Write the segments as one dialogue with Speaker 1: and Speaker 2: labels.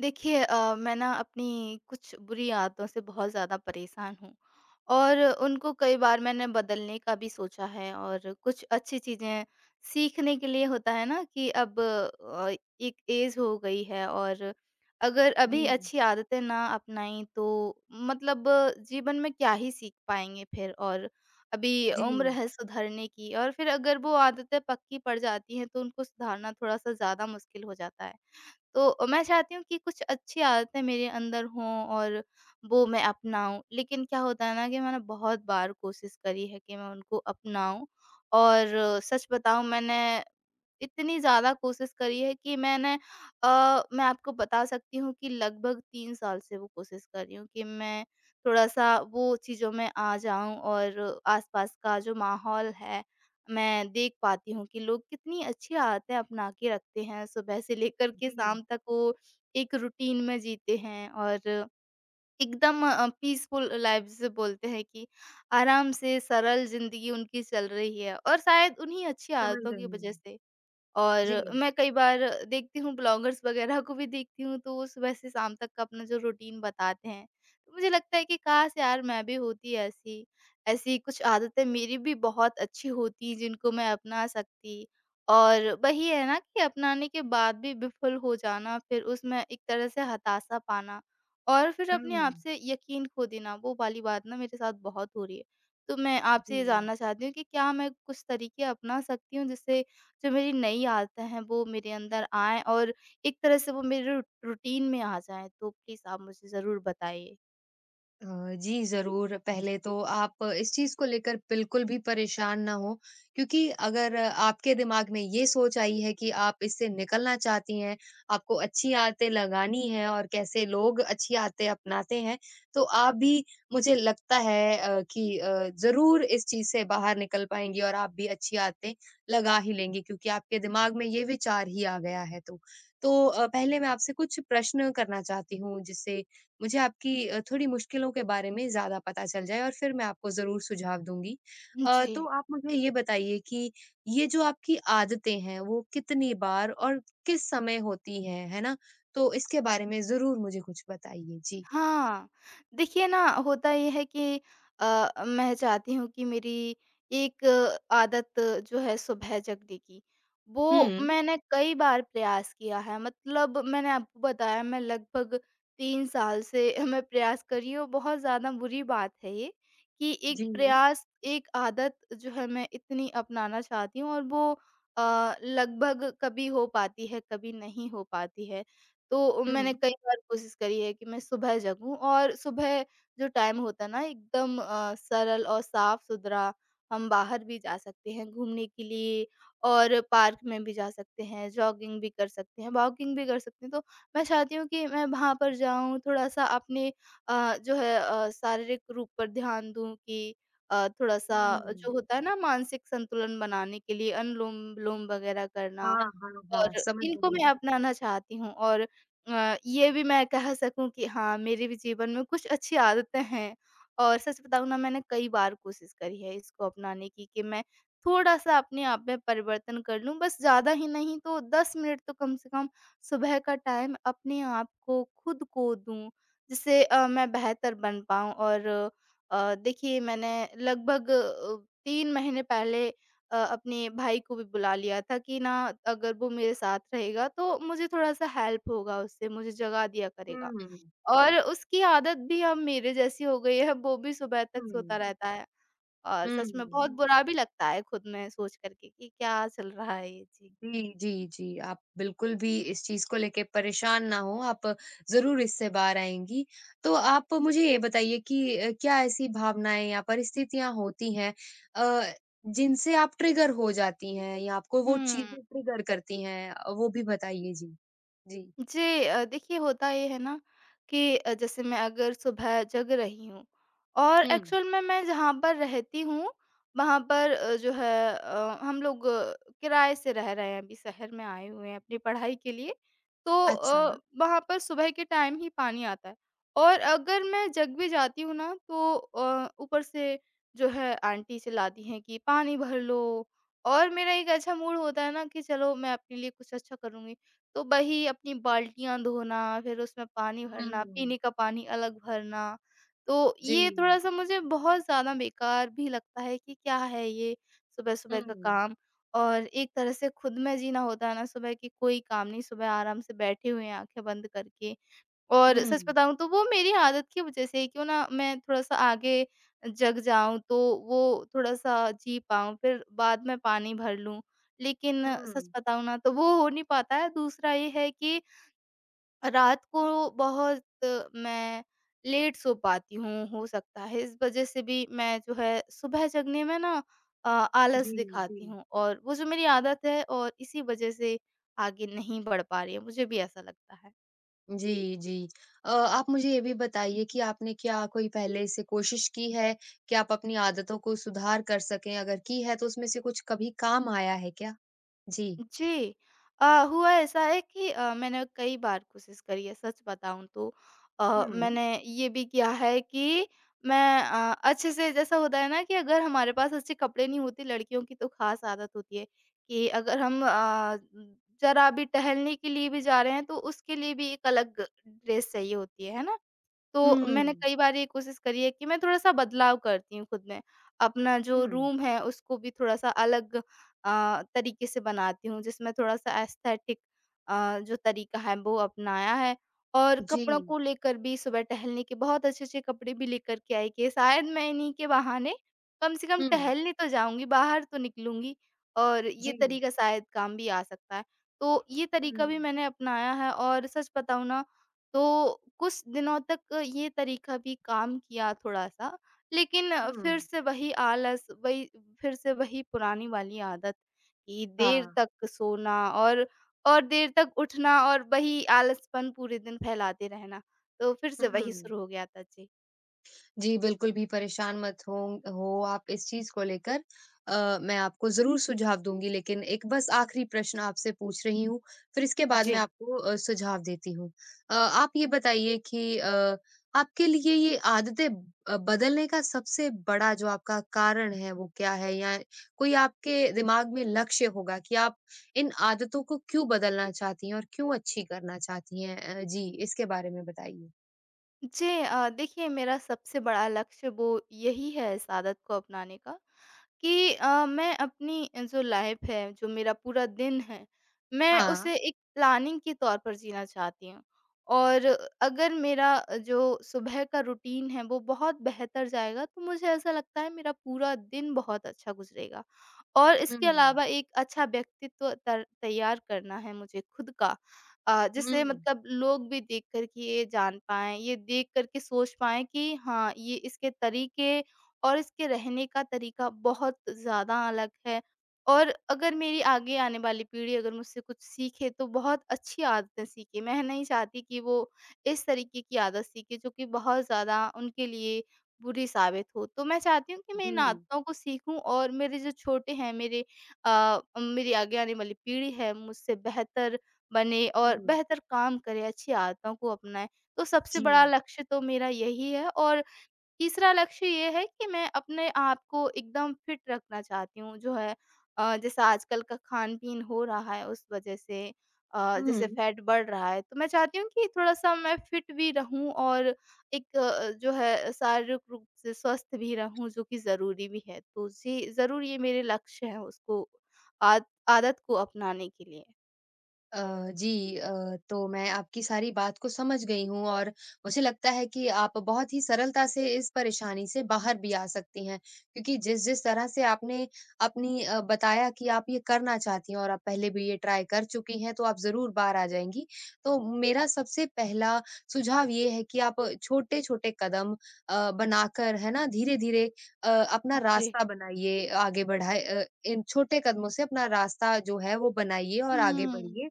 Speaker 1: देखिए मैं ना अपनी कुछ बुरी आदतों से बहुत ज़्यादा परेशान हूँ। और उनको कई बार मैंने बदलने का भी सोचा है। और कुछ अच्छी चीज़ें सीखने के लिए होता है ना कि अब एक एज हो गई है। और अगर अभी
Speaker 2: जी,
Speaker 1: अच्छी आदतें ना अपनाई तो मतलब जीवन में क्या ही सीख पाएंगे फिर। और अभी
Speaker 2: जी,
Speaker 1: उम्र है सुधरने की और फिर अगर वो आदतें पक्की पड़ जाती हैं तो उनको सुधारना थोड़ा सा ज़्यादा मुश्किल हो जाता है। तो मैं चाहती हूँ कि कुछ अच्छी आदतें मेरे अंदर हों और वो मैं अपनाऊँ। लेकिन क्या होता है ना कि मैंने बहुत बार कोशिश करी है कि मैं उनको अपनाऊँ। और सच बताऊँ, मैंने इतनी ज़्यादा कोशिश करी है कि मैंने अ, मैं आपको बता सकती हूँ कि लगभग 3 साल से वो कोशिश कर रही हूँ कि मैं थोड़ा-सा वो चीज़ों में आ जाऊँ। और आस-पास का जो माहौल है, मैं देख पाती हूँ कि लोग कितनी अच्छी आदतें अपना के रखते हैं। सुबह से लेकर के
Speaker 2: जी,
Speaker 1: शाम तक वो एक रूटीन में जीते हैं और एकदम पीसफुल लाइफ जिसे बोलते हैं, कि आराम से सरल ज़िंदगी उनकी चल रही है और शायद उन्हीं अच्छी
Speaker 2: समझ
Speaker 1: आदतों की
Speaker 2: रही
Speaker 1: वजह
Speaker 2: हूँ।
Speaker 1: से। और
Speaker 2: जी,
Speaker 1: मैं कई बार देखती हूँ, ब्लॉगर्स वगैरह को भी देखती हूँ, तो वो सुबह से शाम तक का अपना जो रूटीन बताते हैं, तो मुझे लगता है कि काश यार मैं भी होती ऐसी, ऐसी कुछ आदतें मेरी भी बहुत अच्छी होती जिनको मैं अपना सकती। और वही है ना कि अपनाने के बाद भी विफल हो जाना, फिर उसमें एक तरह से हताशा पाना और फिर अपने आप
Speaker 2: हुँ,
Speaker 1: से यकीन खो देना, वो वाली बात ना मेरे साथ बहुत हो रही है। तो मैं आपसे ये
Speaker 2: जी।
Speaker 1: जानना चाहती हूँ कि क्या मैं कुछ तरीके अपना सकती हूँ जिससे जो मेरी नई आदतें हैं वो मेरे अंदर आएँ और एक तरह से वो मेरे रू रूटीन में आ जाएँ। तो प्लीज़ आप मुझे ज़रूर बताइए।
Speaker 2: अ, जी, ज़रूर। पहले तो आप इस चीज़ को लेकर बिल्कुल भी परेशान ना हों, क्योंकि अगर आपके दिमाग में ये सोच आई है कि आप इससे निकलना चाहती हैं, आपको अच्छी आदतें लगानी हैं और कैसे लोग अच्छी आदतें अपनाते हैं, तो आप भी मुझे लगता है कि ज़रूर इस चीज़ से बाहर निकल पाएँगी और आप भी अच्छी आदतें लगा ही लेंगी क्योंकि आपके दिमाग में ये विचार ही आ गया है तो। तो पहले मैं आपसे कुछ प्रश्न करना चाहती हूँ जिससे मुझे आपकी थोड़ी मुश्किलों के बारे में ज़्यादा पता चल जाए और फिर मैं आपको ज़रूर सुझाव दूँगी।
Speaker 1: जी।
Speaker 2: तो आप मुझे ये बताइए कि ये जो आपकी आदतें हैं वो कितनी बार और किस समय होती हैं, है ना? तो इसके बारे में ज़रूर मुझे कुछ बताइए। जी।
Speaker 1: हाँ, देखिए ना, होता ये है कि मैं चाहती हूँ कि मेरी एक आदत जो है सुबह जगने की,
Speaker 2: हुँ।
Speaker 1: वो मैंने कई बार प्रयास किया है। मतलब मैंने आपको बताया, मैं लगभग 3 साल से मैं प्रयास कर रही हूँ। बहुत ज़्यादा बुरी बात है ये कि एक
Speaker 2: जी।
Speaker 1: प्रयास, एक आदत जो है मैं इतनी अपनाना चाहती हूँ और वो लगभग कभी हो पाती है, कभी नहीं हो पाती है। तो
Speaker 2: हुँ,
Speaker 1: मैंने कई बार कोशिश करी है कि मैं सुबह जगूँ। और सुबह जो टाइम होता है ना, एकदम सरल और साफ-सुथरा, हम बाहर भी जा सकते हैं घूमने के लिए और पार्क में भी जा सकते हैं, जॉगिंग भी कर सकते हैं, वॉकिंग भी कर सकते हैं। तो मैं चाहती हूँ कि मैं वहाँ पर जाऊँ, थोड़ा-सा अपने जो है शारीरिक रूप पर ध्यान दूँ कि थोड़ा-सा
Speaker 2: हुँ।
Speaker 1: जो होता है ना मानसिक संतुलन बनाने के लिए अनुलोम-विलोम वगैरह करना,
Speaker 2: हाँ, हाँ,
Speaker 1: और
Speaker 2: हाँ, समझ
Speaker 1: इनको
Speaker 2: रही
Speaker 1: मैं
Speaker 2: हूँ।
Speaker 1: अपनाना चाहती हूँ। और ये भी मैं कह सकूँ कि हाँ, मेरे भी जीवन में कुछ अच्छी आदतें हैं। और सच बताऊँ ना, मैंने कई बार कोशिश करी है इसको अपनाने की कि मैं थोड़ा-सा अपने आप में परिवर्तन कर लूँ। बस ज़्यादा ही नहीं तो 10 मिनट तो कम से कम सुबह का टाइम अपने आप को, खुद को दूँ, जिससे मैं बेहतर बन पाऊँ। और देखिए, मैंने लगभग 3 महीने पहले अपने भाई को भी बुला लिया था कि ना, अगर वो मेरे साथ रहेगा तो मुझे थोड़ा-सा हेल्प होगा उससे, मुझे जगा दिया करेगा।
Speaker 2: हुँ,
Speaker 1: और उसकी आदत भी अब मेरे जैसी हो गई है, वो भी सुबह तक सोता
Speaker 2: हुँ,
Speaker 1: रहता है और सच में
Speaker 2: हुँ।
Speaker 1: बहुत बुरा भी लगता है खुद में सोच कर के कि क्या चल रहा है ये? जी।
Speaker 2: जी, जी, जी। आप बिल्कुल भी इस चीज़ को लेके परेशान ना हों, आप ज़रूर इससे बाहर आएँगी। तो आप मुझे ये बताइए कि क्या ऐसी भावनाएँ या परिस्थितियाँ होती हैं अ, जिनसे आप ट्रिगर हो जाती हैं या आपको वो
Speaker 1: हुँ।
Speaker 2: चीज़ें ट्रिगर करती हैं? वो भी बताइए। जी, जी।
Speaker 1: जी, देखिए, होता ये है ना कि जैसे मैं अगर सुबह जग रही हूँ और
Speaker 2: हुँ,
Speaker 1: एक्चुअल में मैं जहाँ पर रहती हूँ, वहाँ पर जो है हम लोग किराए से रह रहे हैं, अभी शहर में आए हुए हैं अपनी पढ़ाई के लिए। तो
Speaker 2: अच्छा।
Speaker 1: वहाँ पर सुबह के टाइम ही पानी आता है। और अगर मैं जग भी जाती हूँ ना तो ऊपर से जो है, आंटी चिल्लाती हैं कि पानी भर लो। और मेरा एक अच्छा मूड होता है ना कि चलो मैं अपने लिए कुछ अच्छा करूँगी, तो वही अपनी बाल्टियाँ धोना, फिर उसमें पानी भरना,
Speaker 2: हुँ,
Speaker 1: पीने का पानी अलग भरना। तो ये
Speaker 2: जी।
Speaker 1: थोड़ा-सा मुझे बहुत ज़्यादा बेकार भी लगता है कि क्या है ये सुबह-सुबह का
Speaker 2: हुँ,
Speaker 1: काम। और एक तरह से खुद में जीना होता है ना सुबह, कि कोई काम नहीं, सुबह आराम से बैठे हुए हैं आँखें बंद करके। और सच
Speaker 2: हुँ,
Speaker 1: बताऊँ तो वो मेरी आदत की वजह से है, क्यों ना मैं थोड़ा-सा आगे जग जाऊँ तो वो थोड़ा-सा जी पाऊँ, फिर बाद में पानी भर लूँ। लेकिन सच
Speaker 2: हुँ।
Speaker 1: बताऊँ ना, तो वो हो नहीं पाता है। दूसरा ये है कि रात को बहुत मैं लेट सो पाती हूँ, हो सकता है इस वजह से भी मैं जो है सुबह जगने में ना आलस
Speaker 2: जी, जी।
Speaker 1: दिखाती हूँ और वो जो मेरी आदत है, और इसी वजह से आगे नहीं बढ़ पा रही है, मुझे भी ऐसा लगता है।
Speaker 2: जी, जी। आप मुझे ये भी बताइए कि आपने क्या कोई पहले से कोशिश की है कि आप अपनी आदतों को सुधार कर सकें? अगर की है तो उसमें से कुछ कभी काम आया है क्या? जी।
Speaker 1: जी। हुआ ऐसा है कि मैंने कई बार कोशिश करी है सच बताऊँ तो।
Speaker 2: हुँ।
Speaker 1: मैंने ये भी किया है कि मैं अच्छे से, जैसा होता है ना कि अगर हमारे पास अच्छे कपड़े नहीं होते लड़कियों की तो ख़ास आदत होती है कि अगर हम ज़रा भी टहलने के लिए भी जा रहे हैं तो उसके लिए भी एक अलग ड्रेस चाहिए होती है ना? तो मैंने
Speaker 2: हुँ।
Speaker 1: कई बार ये कोशिश करी है कि मैं थोड़ा-सा बदलाव करती हूँ खुद में। अपना जो
Speaker 2: हुँ।
Speaker 1: रूम है उसको भी थोड़ा-सा अलग तरीके से बनाती हूँ जिसमें थोड़ा-सा एस्थेटिक जो तरीका है वो अपनाया है। और
Speaker 2: जी।
Speaker 1: कपड़ों को लेकर भी सुबह टहलने के बहुत अच्छे-अच्छे कपड़े भी लेकर के आई कि शायद मैं इन्हीं के बहाने कम से कम
Speaker 2: हुँ।
Speaker 1: टहलने तो जाऊँगी, बाहर तो निकलूँगी और ये
Speaker 2: जी।
Speaker 1: तरीका शायद काम भी आ सकता है। तो ये तरीका भी
Speaker 2: हुँ,
Speaker 1: मैंने अपनाया है और सच बताऊँ ना, तो कुछ दिनों तक ये तरीका भी काम किया थोड़ा-सा, लेकिन फिर
Speaker 2: हुँ।
Speaker 1: से वही आलस, वही फिर से वही पुरानी वाली आदत कि देर
Speaker 2: हाँ।
Speaker 1: तक सोना और और देर तक उठना और वही आलसपन पूरे दिन फैलाते रहना। तो फिर से वही
Speaker 2: हुँ।
Speaker 1: शुरू हो गया था। जी।
Speaker 2: जी, बिल्कुल भी परेशान मत हों हो आप इस चीज़ को लेकर। मैं आपको ज़रूर सुझाव दूँगी लेकिन एक बस आखिरी प्रश्न आपसे पूछ रही हूँ, फिर इसके बाद मैं
Speaker 1: जी।
Speaker 2: आपको सुझाव देती हूँ। आप ये बताइए कि आपके लिए ये आदतें बदलने का सबसे बड़ा जो आपका कारण है वो क्या है? या कोई आपके दिमाग में लक्ष्य होगा कि आप इन आदतों को क्यों बदलना चाहती हैं और क्यों अच्छी करना चाहती हैं? जी, इसके बारे में बताइए।
Speaker 1: जी देखिए, मेरा सबसे बड़ा लक्ष्य वो यही है इस आदत को अपनाने का, कि मैं अपनी जो लाइफ है, जो मेरा पूरा दिन है, मैं
Speaker 2: हाँ।
Speaker 1: उसे एक प्लानिंग के तौर पर जीना चाहती हूँ। और अगर मेरा जो सुबह का रूटीन है वो बहुत बेहतर जाएगा तो मुझे ऐसा लगता है मेरा पूरा दिन बहुत अच्छा गुज़रेगा। और इसके
Speaker 2: हाँ।
Speaker 1: अलावा एक अच्छा व्यक्तित्व तर तैयार करना है मुझे खुद का,
Speaker 2: हुँ,
Speaker 1: जिससे
Speaker 2: हुँ।
Speaker 1: मतलब लोग भी देख कर के ये जान पाएँ, ये देख कर के सोच पाएँ कि हाँ, ये इसके तरीके और इसके रहने का तरीका बहुत ज़्यादा अलग है। और अगर मेरी आगे आने वाली पीढ़ी अगर मुझसे कुछ सीखे तो बहुत अच्छी आदतें सीखे। मैं नहीं चाहती कि वो इस तरीके की आदत सीखे जो कि बहुत ज़्यादा उनके लिए बुरी साबित हो। तो मैं चाहती हूँ कि मैं इन
Speaker 2: जी,
Speaker 1: आदतों को सीखूँ और मेरे जो छोटे हैं, मेरे मेरी आगे आने वाली पीढ़ी है, मुझसे बेहतर बने और
Speaker 2: जी,
Speaker 1: बेहतर काम करें, अच्छी आदतों को अपनाएँ। तो सबसे बड़ा
Speaker 2: जी।
Speaker 1: लक्ष्य तो मेरा यही है। और तीसरा लक्ष्य ये है कि मैं अपने आप को एकदम फिट रखना चाहती हूँ, जो है जैसे आजकल का खान-पीन हो रहा है उस वज़ह से, जैसे
Speaker 2: हुँ।
Speaker 1: फैट बढ़ रहा है, तो मैं चाहती हूँ कि थोड़ा-सा मैं फिट भी रहूँ। और एक जो है शारीरिक रूप से स्वस्थ भी रहूँ, जो कि ज़रूरी भी है। तो जी, ज़रूर ये मेरे लक्ष्य हैं उसको आद आदत को अपनाने के लिए।
Speaker 2: अ, जी, तो मैं आपकी सारी बात को समझ गई हूँ और मुझे लगता है कि आप बहुत ही सरलता से इस परेशानी से बाहर भी आ सकती हैं क्योंकि जिस जिस तरह से आपने अपनी बताया कि आप ये करना चाहती हैं और आप पहले भी ये ट्राई कर चुकी हैं तो आप ज़रूर बाहर आ जाएंगी। तो मेरा सबसे पहला सुझाव ये है कि आप छोटे-छोटे कदम बनाकर है ना धीरे-धीरे अपना
Speaker 1: जी।
Speaker 2: रास्ता बनाइए, आगे बढ़ाए इन छोटे कदमों से अपना रास्ता जो है वो बनाइए और आगे
Speaker 1: हुँ।
Speaker 2: बढ़िए।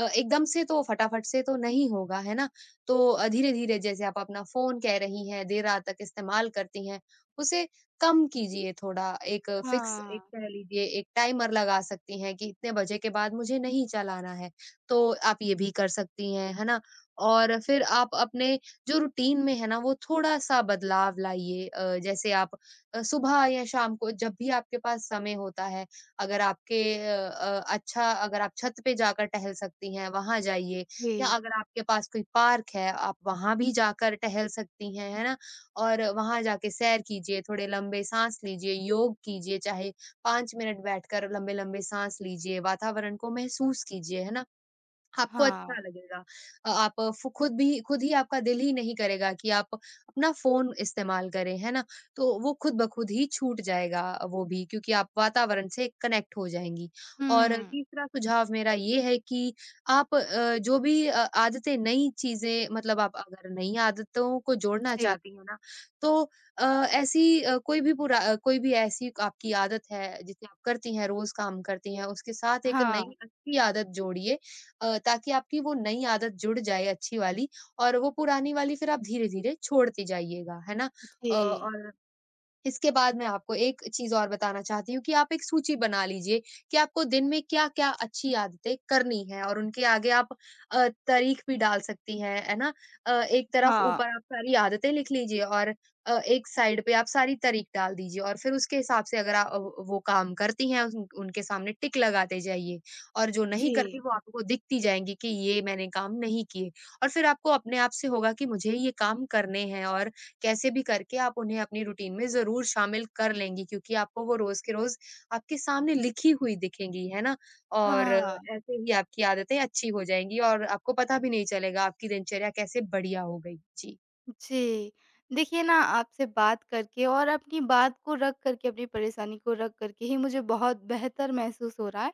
Speaker 2: एकदम से तो फटाफट से तो नहीं होगा, है ना? तो धीरे-धीरे जैसे आप अपना फ़ोन कह रही हैं, देर रात तक इस्तेमाल करती हैं, उसे कम कीजिए थोड़ा। एक फ़िक्स
Speaker 1: हाँ।
Speaker 2: एक कह लीजिए एक टाइमर लगा सकती हैं कि इतने बजे के बाद मुझे नहीं चलाना है, तो आप ये भी कर सकती हैं, है ना? और फिर आप अपने जो रूटीन में है ना, वो थोड़ा-सा बदलाव लाइए। जैसे आप सुबह या शाम को जब भी आपके पास समय होता है, अगर आपके अच्छा अगर आप छत पे जाकर टहल सकती हैं, वहाँ जाइए या
Speaker 1: जी।
Speaker 2: अगर आपके पास कोई पार्क है, आप वहाँ भी जाकर टहल सकती हैं, है ना? और वहाँ जाके सैर कीजिए, थोड़े लंबे साँस लीजिए, योग कीजिए, चाहे 5 मिनट बैठकर लंबे-लंबे साँस लीजिए, वातावरण को महसूस कीजिए, है ना? आपको अच्छा
Speaker 1: हाँ।
Speaker 2: लगेगा। आप फ़ु खुद भी खुद ही आपका दिल ही नहीं करेगा कि आप अपना फ़ोन इस्तेमाल करें, है ना? तो वो खुद ब खुद ही छूट जाएगा वो भी क्योंकि आप वातावरण से कनेक्ट हो जाएँगी। और
Speaker 1: हुँ।
Speaker 2: तीसरा सुझाव मेरा ये है कि आप जो भी आदतें नई चीज़ें मतलब आप अगर नई आदतों को जोड़ना
Speaker 1: जी।
Speaker 2: चाहती हैं ना, तो अ, ऐसी कोई भी ऐसी आपकी आदत है जिसे आप करती हैं, रोज़ काम करती हैं, उसके साथ एक
Speaker 1: हाँ।
Speaker 2: नई अच्छी आदत जोड़िए ताकि आपकी वो नई आदत जुड़ जाए अच्छी वाली और वो पुरानी वाली फिर आप धीरे-धीरे छोड़ते जाइएगा, है ना?
Speaker 1: जी।
Speaker 2: और इसके बाद मैं आपको एक चीज़ और बताना चाहती हूँ कि आप एक सूची बना लीजिए कि आपको दिन में क्या-क्या अच्छी आदतें करनी है और उनके आगे आप तारीख भी डाल सकती हैं, है ना? एक तरफ
Speaker 1: हाँ।
Speaker 2: ऊपर आप सारी आदतें लिख लीजिए और एक साइड पे आप सारी तारीख डाल दीजिए और फिर उसके हिसाब से अगर आ अ, व वो काम करती हैं उन उनके सामने टिक लगाते जाइए और जो नहीं करती
Speaker 1: जी।
Speaker 2: वो आपको दिखती जाएँगी कि ये मैंने काम नहीं किए और फिर आपको अपने आप से होगा कि मुझे ये काम करने हैं और कैसे भी करके आप उन्हें अपनी रूटीन में ज़रूर शामिल कर लेंगी क्योंकि आपको वो रोज़ के रोज़ आपके सामने लिखी हुई दिखेंगी, है ना? और
Speaker 1: हाँ।
Speaker 2: ऐसे ही आपकी आदतें अच्छी हो जाएँगी और आपको पता भी नहीं चलेगा आपकी दिनचर्या कैसे बढ़िया हो गई। जी।
Speaker 1: जी। देखिए ना, आपसे बात करके और अपनी बात को रख कर के, अपनी परेशानी को रख कर के ही मुझे बहुत बेहतर महसूस हो रहा है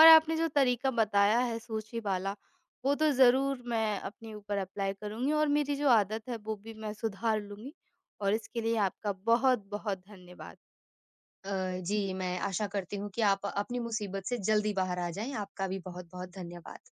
Speaker 1: और आपने जो तरीका बताया है सूची वाला, वो तो ज़रूर मैं अपने ऊपर अप्लाई करूँगी और मेरी जो आदत है, वो भी मैं सुधार लूँगी। और इसके लिए आपका बहुत-बहुत धन्यवाद।
Speaker 2: अ, जी, मैं आशा करती हूँ कि आप अपनी मुसीबत से जल्दी बाहर आ जाएँ। आपका भी बहुत-बहुत धन्यवाद।